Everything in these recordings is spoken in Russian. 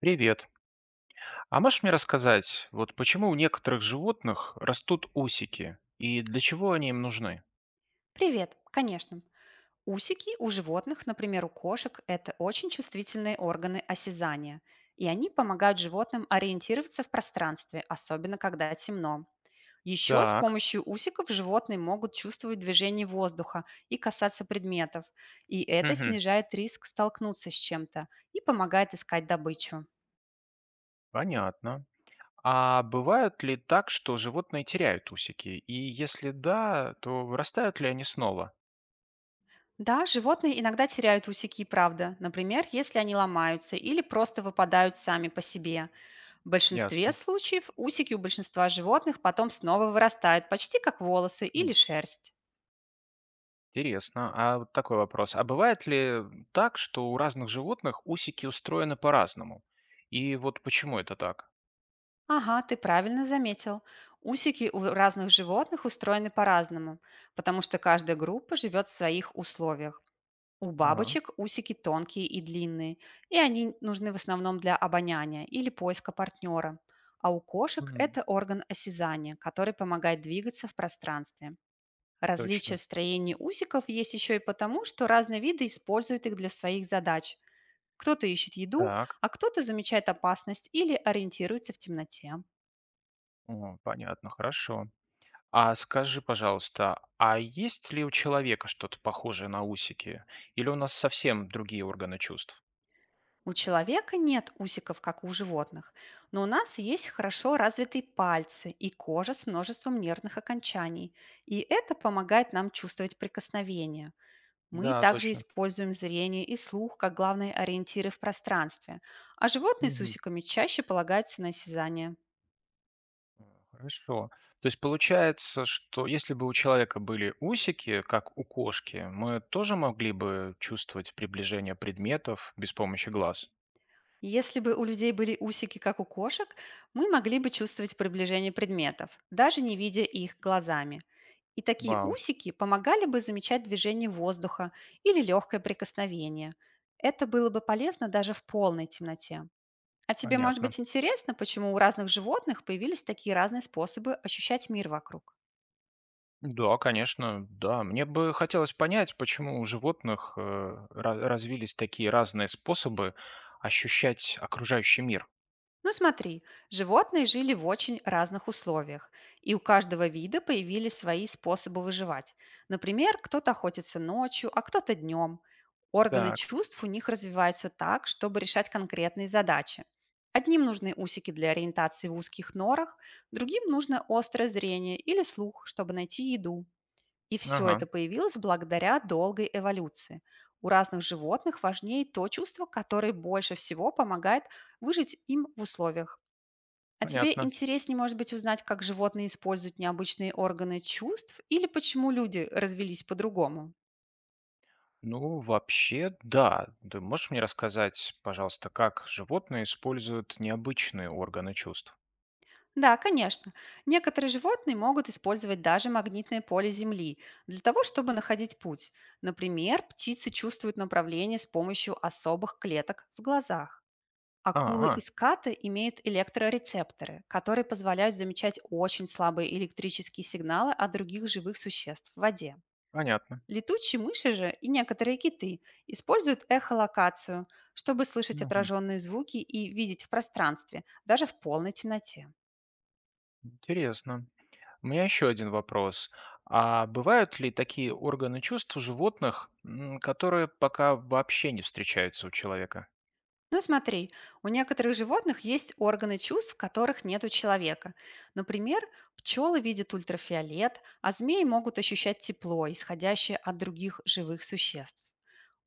Привет. А можешь мне рассказать, вот почему у некоторых животных растут усики и для чего они им нужны? Привет, конечно. Усики у животных, например, у кошек, это очень чувствительные органы осязания, и они помогают животным ориентироваться в пространстве, особенно когда темно. Еще с Так, помощью усиков животные могут чувствовать движение воздуха и касаться предметов, и это мгм, снижает риск столкнуться с чем-то и помогает искать добычу. понятно. А бывает ли так, что животные теряют усики? И если да, то вырастают ли они снова? Да, животные иногда теряют усики и правда, например, если они ломаются или просто выпадают сами по себе. В большинстве Ясно. случаев усики у большинства животных потом снова вырастают, почти как волосы или М, шерсть. интересно. А вот такой вопрос. А бывает ли так, что у разных животных усики устроены по-разному? И вот почему это так? Ага, ты правильно заметил. Усики у разных животных устроены по-разному, потому что каждая группа живет в своих условиях. У Ага. бабочек усики тонкие и длинные, и они нужны в основном для обоняния или поиска партнера. А у кошек М, это орган осязания, который помогает двигаться в пространстве. Различия точно. в строении усиков есть еще и потому, что разные виды используют их для своих задач. Кто-то ищет еду, Так. а кто-то замечает опасность или ориентируется в темноте. О, понятно, хорошо. А скажи, пожалуйста, а есть ли у человека что-то похожее на усики? Или у нас совсем другие органы чувств? У человека нет усиков, как у животных, но у нас есть хорошо развитые пальцы и кожа с множеством нервных окончаний, и это помогает нам чувствовать прикосновение. Мы Да, также точно. используем зрение и слух как главные ориентиры в пространстве, а животные с Мгм. усиками чаще полагаются на осязание. А, хорошо. То есть получается, что если бы у человека были усики, как у кошки, мы тоже могли бы чувствовать приближение предметов без помощи глаз? Если бы у людей были усики, как у кошек, мы могли бы чувствовать приближение предметов, даже не видя их глазами. И такие Вау, усики помогали бы замечать движение воздуха или легкое прикосновение. Это было бы полезно даже в полной темноте. А тебе может понятно. быть интересно, почему у разных животных появились такие разные способы ощущать мир вокруг? Да, конечно, да. Мне бы хотелось понять, почему у животных развились такие разные способы ощущать окружающий мир. Ну смотри, животные жили в очень разных условиях, и у каждого вида появились свои способы выживать. Например, кто-то охотится ночью, а кто-то днем. Органы Так, чувств у них развиваются так, чтобы решать конкретные задачи. Одним нужны усики для ориентации в узких норах, другим нужно острое зрение или слух, чтобы найти еду. И все ага, это появилось благодаря долгой эволюции. У разных животных важнее то чувство, которое больше всего помогает выжить им в условиях. А тебе понятно. интереснее, может быть, узнать, как животные используют необычные органы чувств или почему люди развелись по-другому? Ну, вообще, да. Ты можешь мне рассказать, пожалуйста, как животные используют необычные органы чувств? Да, конечно. Некоторые животные могут использовать даже магнитное поле Земли для того, чтобы находить путь. Например, птицы чувствуют направление с помощью особых клеток в глазах. А, Акулы и а, скаты имеют электрорецепторы, которые позволяют замечать очень слабые электрические сигналы от других живых существ в воде. понятно. Летучие мыши же и некоторые киты используют эхолокацию, чтобы слышать Мгм. отраженные звуки и видеть в пространстве, даже в полной темноте. Интересно. У меня еще один вопрос. А бывают ли такие органы чувств у животных, которые пока вообще не встречаются у человека? Ну смотри, у некоторых животных есть органы чувств, которых нет у человека. Например, пчелы видят ультрафиолет, а змеи могут ощущать тепло, исходящее от других живых существ.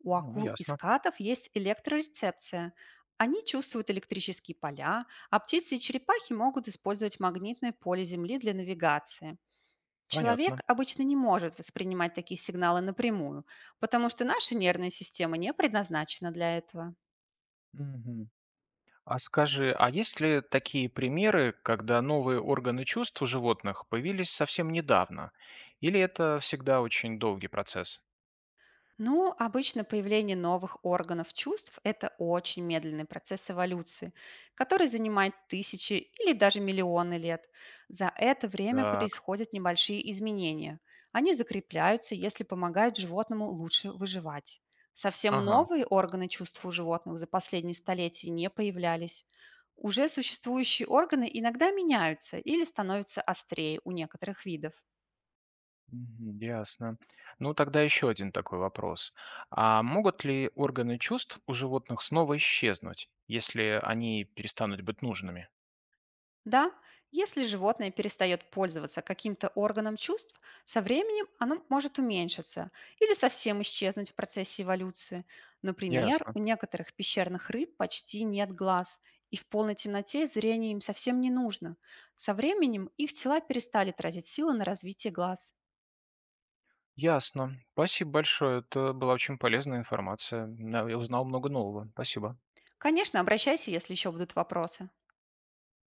У Ну, акул и ясно, скатов есть электрорецепция. Они чувствуют электрические поля, а птицы и черепахи могут использовать магнитное поле Земли для навигации. понятно. Человек обычно не может воспринимать такие сигналы напрямую, потому что наша нервная система не предназначена для этого. Мгм. А скажи, а есть ли такие примеры, когда новые органы чувств у животных появились совсем недавно? Или это всегда очень долгий процесс? Ну, обычно появление новых органов чувств– это очень медленный процесс эволюции, который занимает тысячи или даже миллионы лет. За это время Так, происходят небольшие изменения. Они закрепляются, если помогают животному лучше выживать. Совсем ага, новые органы чувств у животных за последние столетия не появлялись. Уже существующие органы иногда меняются или становятся острее у некоторых видов. мгм, ясно. Ну, тогда еще один такой вопрос. А могут ли органы чувств у животных снова исчезнуть, если они перестанут быть нужными? Да, если животное перестает пользоваться каким-то органом чувств, со временем оно может уменьшиться или совсем исчезнуть в процессе эволюции. Например, Ясно. у некоторых пещерных рыб почти нет глаз, и в полной темноте зрение им совсем не нужно. Со временем их тела перестали тратить силы на развитие глаз. Ясно. Спасибо большое. Это была очень полезная информация. На- я узнал много нового. Спасибо. Конечно, обращайся, если еще будут вопросы.